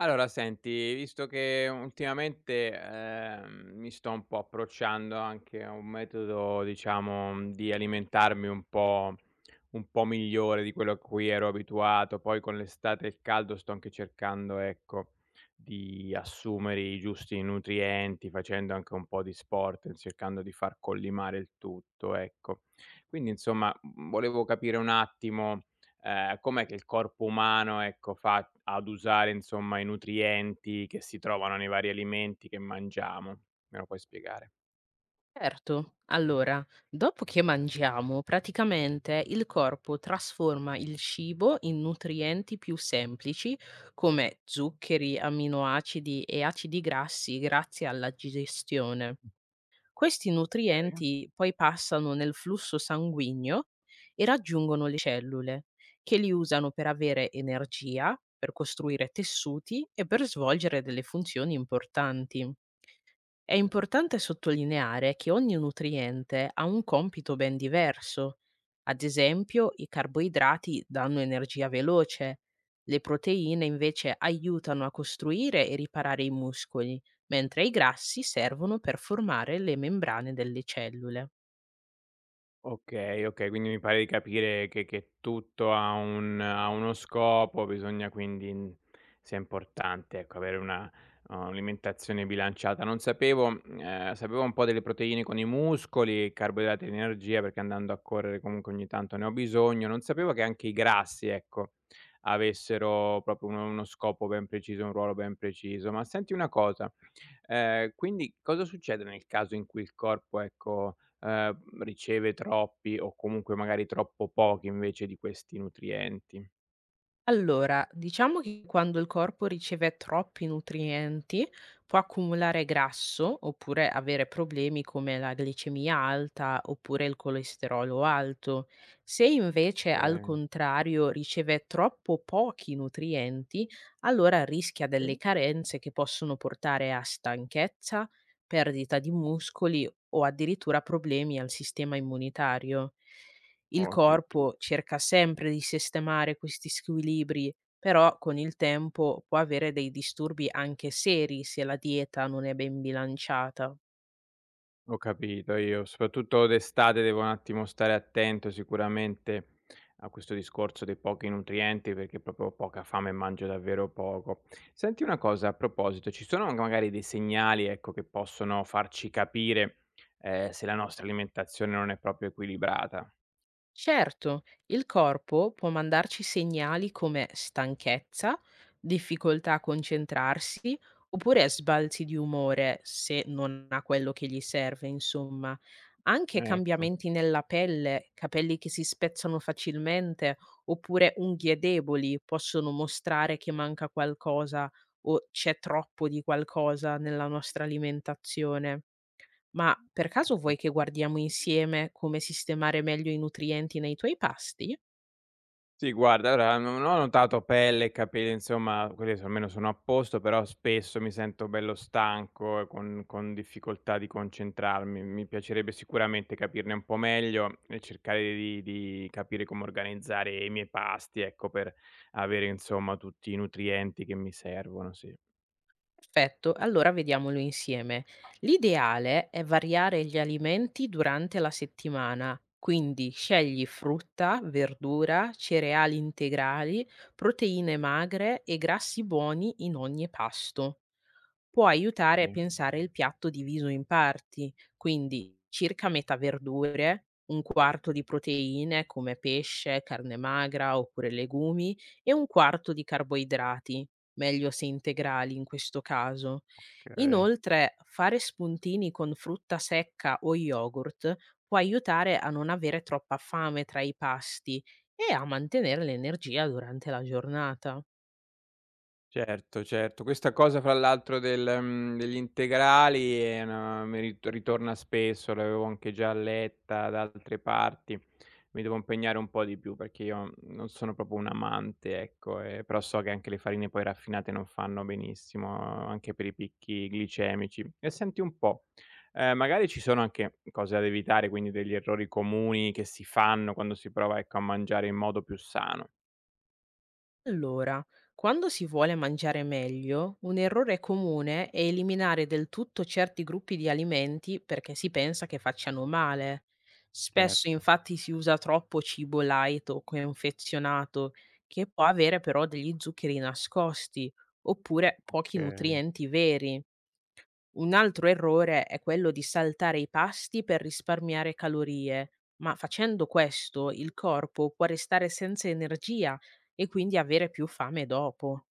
Allora senti, visto che ultimamente, mi sto un po' approcciando anche a un metodo, diciamo, di alimentarmi un po' migliore di quello a cui ero abituato, poi con l'estate e il caldo sto anche cercando, ecco, di assumere i giusti nutrienti, facendo anche un po' di sport, cercando di far collimare il tutto, ecco. Quindi insomma, volevo capire un attimo com'è che il corpo umano, ecco, fa ad usare insomma i nutrienti che si trovano nei vari alimenti che mangiamo? Me lo puoi spiegare? Certo, allora, dopo che mangiamo, praticamente il corpo trasforma il cibo in nutrienti più semplici come zuccheri, aminoacidi e acidi grassi grazie alla digestione. Questi Okay. nutrienti poi passano nel flusso sanguigno e raggiungono le cellule, che li usano per avere energia, per costruire tessuti e per svolgere delle funzioni importanti. È importante sottolineare che ogni nutriente ha un compito ben diverso. Ad esempio, i carboidrati danno energia veloce, le proteine invece aiutano a costruire e riparare i muscoli, mentre i grassi servono per formare le membrane delle cellule. Okay, okay, quindi mi pare di capire che tutto ha un ha uno scopo, bisogna quindi sia importante, ecco, avere una un'alimentazione bilanciata. Non sapevo sapevo un po' delle proteine con i muscoli, carboidrati e l'energia, perché andando a correre comunque ogni tanto ne ho bisogno. Non sapevo che anche i grassi, ecco, avessero proprio uno scopo ben preciso, un ruolo ben preciso. Ma senti una cosa, quindi cosa succede nel caso in cui il corpo, ecco, riceve troppi o comunque magari troppo pochi invece di questi nutrienti. Allora, diciamo che quando il corpo riceve troppi nutrienti può accumulare grasso oppure avere problemi come la glicemia alta oppure il colesterolo alto. Se invece al Okay, contrario riceve troppo pochi nutrienti, allora rischia delle sì. carenze che possono portare a stanchezza, perdita di muscoli o addirittura problemi al sistema immunitario. Il Ho addirittu corpo cerca sempre di sistemare questi squilibri, però con il tempo può avere dei disturbi anche seri se la dieta non è ben bilanciata. Ho capito io. Soprattutto d'estate devo un attimo stare attento sicuramente a questo discorso dei pochi nutrienti, perché proprio ho poca fame e mangio davvero poco. Senti una cosa a proposito, ci sono anche magari dei segnali, ecco, che possono farci capire, se la nostra alimentazione non è proprio equilibrata? Certo, il corpo può mandarci segnali come stanchezza, difficoltà a concentrarsi oppure sbalzi di umore se non ha quello che gli serve, insomma. Anche Ecco, cambiamenti nella pelle, capelli che si spezzano facilmente oppure unghie deboli possono mostrare che manca qualcosa o c'è troppo di qualcosa nella nostra alimentazione. Ma per caso vuoi okay. che guardiamo insieme come sistemare meglio i nutrienti nei tuoi pasti? Sì, guarda, allora non ho notato pelle e capelli, insomma, quelli so almeno sono a posto, però spesso mi sento bello stanco e con difficoltà di concentrarmi. Mi piacerebbe sicuramente capirne un po' meglio e cercare di capire come organizzare i miei pasti, ecco, per avere, insomma, tutti i nutrienti che mi servono, sì. Perfetto, allora vediamolo insieme. L'ideale è variare gli alimenti durante la settimana, quindi scegli frutta, verdura, cereali integrali, proteine magre e grassi buoni in ogni pasto. Può aiutare a Okay, pensare il piatto diviso in parti, quindi circa metà verdure, un quarto di proteine come pesce, carne magra oppure legumi e un quarto di carboidrati, meglio se integrali in questo caso. okay. Inoltre, fare spuntini con frutta secca o yogurt può aiutare a non avere troppa fame tra i pasti e a mantenere l'energia durante la giornata. Certo, certo. Questa cosa fra l'altro del degli integrali è una mi rit ritorna spesso, l'avevo anche già letta da altre parti. Mi devo impegnare un po' di più perché io non sono proprio un amante, ecco, però so che anche le farine poi raffinate non fanno benissimo, anche per i picchi glicemici. E senti un po', magari ci sono anche cose ad evitare, quindi degli errori comuni che si fanno quando si prova, ecco, a mangiare in modo più sano. Allora, quando si vuole mangiare meglio, un errore comune è eliminare del tutto certi gruppi di alimenti perché si pensa che facciano male. Spesso Certo, infatti si usa troppo cibo light o confezionato, che può avere però degli zuccheri nascosti, oppure pochi okay. nutrienti veri. Un altro errore è quello di saltare i pasti per risparmiare calorie, ma facendo questo il corpo può restare senza energia e quindi avere più fame dopo.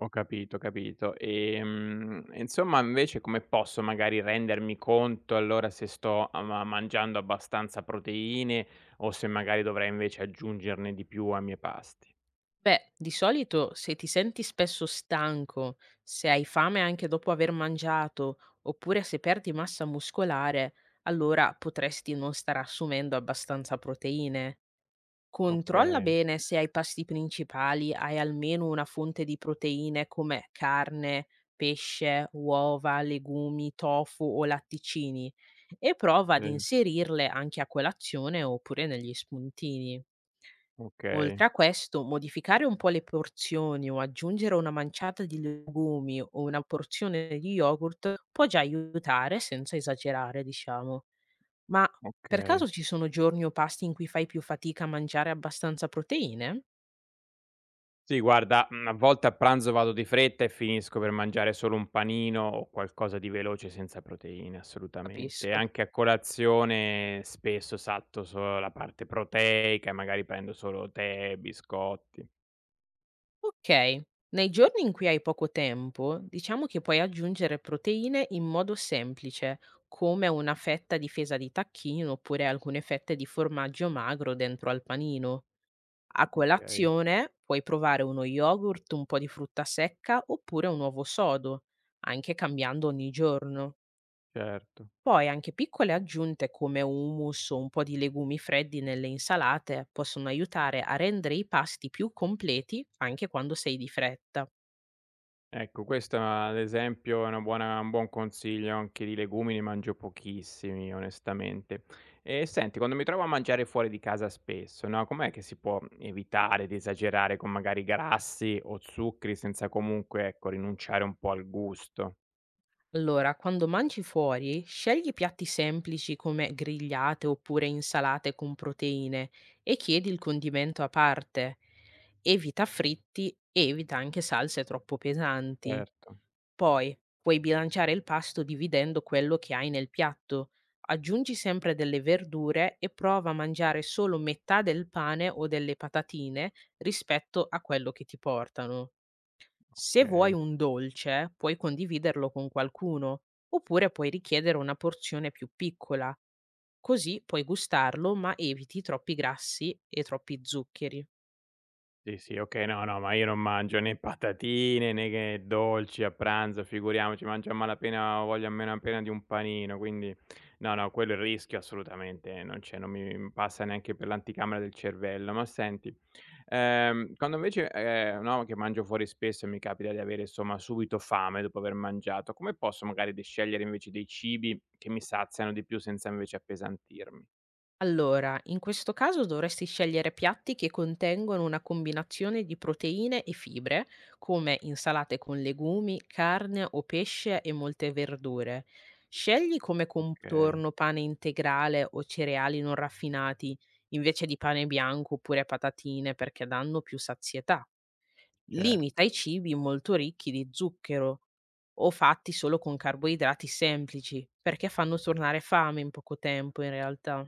Ho capito, ho capito. E insomma invece come posso magari rendermi conto allora se sto a ma mangiando abbastanza proteine o se magari dovrei invece aggiungerne di più ai miei pasti? Beh, di solito se ti senti spesso stanco, se hai fame anche dopo aver mangiato, oppure se perdi massa muscolare, allora potresti non stare assumendo abbastanza proteine. Controlla Okay, bene se ai pasti principali hai almeno una fonte di proteine come carne, pesce, uova, legumi, tofu o latticini e prova ad sì, inserirle anche a colazione oppure negli spuntini. okay, Oltre a questo, modificare un po' le porzioni o aggiungere una manciata di legumi o una porzione di yogurt può già aiutare senza esagerare, diciamo. Ma per okay. caso ci sono giorni o pasti in cui fai più fatica a mangiare abbastanza proteine? Sì guarda, a volte a pranzo vado di fretta e finisco per mangiare solo un panino o qualcosa di veloce senza proteine, assolutamente. E Capisco. anche a colazione spesso salto solo la parte proteica e magari prendo solo tè, biscotti. Ok, nei giorni in cui hai poco tempo, diciamo che puoi aggiungere proteine in modo semplice, come una fetta di fesa di tacchino oppure alcune fette di formaggio magro dentro al panino. A Okay, colazione puoi provare uno yogurt, un po' di frutta secca oppure un uovo sodo, anche cambiando ogni giorno. certo. Poi anche piccole aggiunte come hummus o un po' di legumi freddi nelle insalate possono aiutare a rendere i pasti più completi anche quando sei di fretta. Ecco questa ad esempio è una buona un buon consiglio, anche di legumi ne mangio pochissimi onestamente. E senti, quando mi trovo a mangiare fuori di casa spesso, no, com'è che si può evitare di esagerare con magari grassi o zuccheri senza comunque, ecco, rinunciare un po' al gusto? Allora, quando mangi fuori, scegli piatti semplici come grigliate oppure insalate con proteine e chiedi il condimento a parte. Evita fritti e evita anche salse troppo pesanti. Certo, Poi puoi bilanciare il pasto dividendo quello che hai nel piatto. Aggiungi sempre delle verdure e prova a mangiare solo metà del pane o delle patatine rispetto a quello che ti portano. Se vuoi okay. un dolce, puoi condividerlo con qualcuno, oppure puoi richiedere una porzione più piccola, così puoi gustarlo ma eviti troppi grassi e troppi zuccheri. Sì, sì, okay, no, no, ma io non mangio né patatine, né che dolci a pranzo, figuriamoci, mangio a malapena ho voglia a meno appena di un panino, quindi no, no, quello è il rischio assolutamente non c'è, non mi passa neanche per l'anticamera del cervello. Ma senti, no, che mangio fuori spesso e mi capita di avere insomma subito fame dopo aver mangiato, come posso magari di scegliere invece dei cibi che mi saziano di più senza invece appesantirmi? Allora, in questo caso dovresti scegliere piatti che contengono una combinazione di proteine e fibre, come insalate con legumi, carne o pesce e molte verdure. Scegli come Okay, contorno pane integrale o cereali non raffinati, invece di pane bianco oppure patatine, perché danno più sazietà. cer Limita i cibi molto ricchi di zucchero o fatti solo con carboidrati semplici, perché fanno tornare fame in poco tempo in realtà.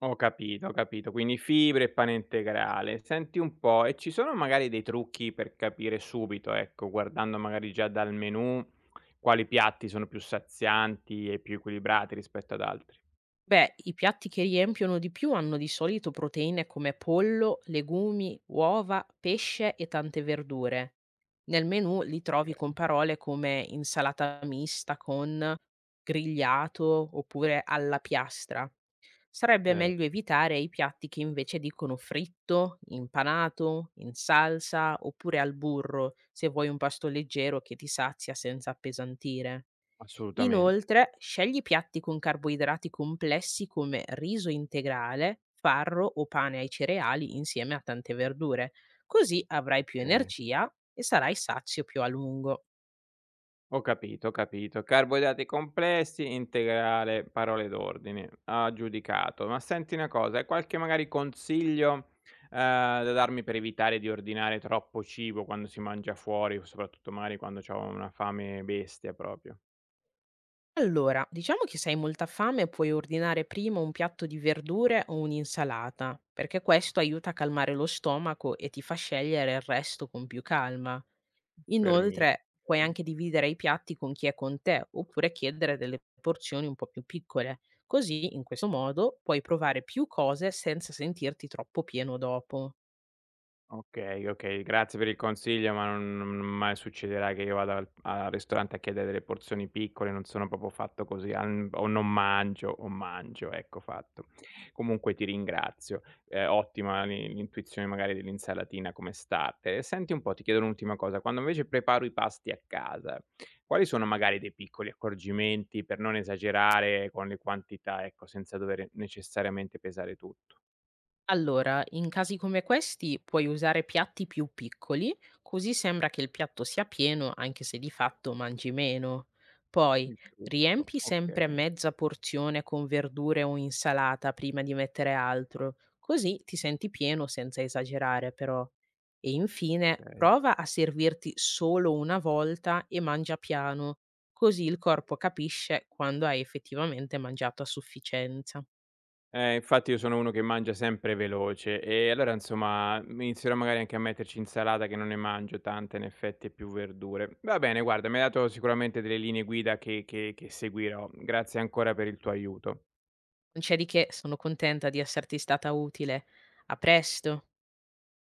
Ho capito, ho capito. Quindi fibre e pane integrale. Senti un po', e ci sono magari dei trucchi per capire subito, ecco, guardando magari già dal menù, quali piatti sono più sazianti e più equilibrati rispetto ad altri? Beh, i piatti che riempiono di più hanno di solito proteine come pollo, legumi, uova, pesce e tante verdure. Nel menù li trovi con Okay. parole come insalata mista con grigliato oppure alla piastra. Sarebbe Cer meglio evitare i piatti che invece dicono fritto, impanato, in salsa oppure al burro, se vuoi un pasto leggero che ti sazia senza appesantire. Assolutamente, Inoltre, scegli piatti con carboidrati complessi come riso integrale, farro o pane ai cereali insieme a tante verdure, così avrai più okay. energia e sarai sazio più a lungo. Ho capito, ho capito. Carboidrati complessi, integrale, parole d'ordine. Ha giudicato. Ma senti una cosa, hai qualche magari consiglio, da darmi per evitare di ordinare troppo cibo quando si mangia fuori, soprattutto magari quando c'ho una fame bestia proprio, Allora, diciamo che se hai molta fame puoi ordinare prima un piatto di verdure o un'insalata, perché questo aiuta a calmare lo stomaco e ti fa scegliere il resto con più calma. fermi Inoltre, puoi anche dividere i piatti con chi è con te, oppure chiedere delle porzioni un po' più piccole. Così, in questo modo, puoi provare più cose senza sentirti troppo pieno dopo. Okay, okay, grazie per il consiglio, ma non mai succederà che io vada al ristorante a chiedere delle porzioni piccole, non sono proprio fatto così, al o non mangio o mangio, ecco fatto. Comunque ti ringrazio, ottima l'intuizione magari dell'insalatina come starter. E senti un po', ti chiedo un'ultima cosa, quando invece preparo i pasti a casa, quali sono magari dei piccoli accorgimenti per non esagerare con le quantità, ecco, senza dover necessariamente pesare tutto? Allora, in casi come questi puoi usare piatti più piccoli, così sembra che il piatto sia pieno anche se di fatto mangi meno. Poi Il trucco, riempi sempre okay, mezza porzione con verdure o insalata prima di mettere altro, così ti senti pieno senza esagerare però. E infine okay. prova a servirti solo una volta e mangia piano, così il corpo capisce quando hai effettivamente mangiato a sufficienza. Infatti io sono uno che mangia sempre veloce e allora insomma m inizierò magari anche a metterci insalata che non ne mangio tanta in effetti e più verdure. Va bene guarda, mi hai dato sicuramente delle linee guida che seguirò. Grazie ancora per il tuo aiuto. Non c'è di che, sono contenta di esserti stata utile. A presto.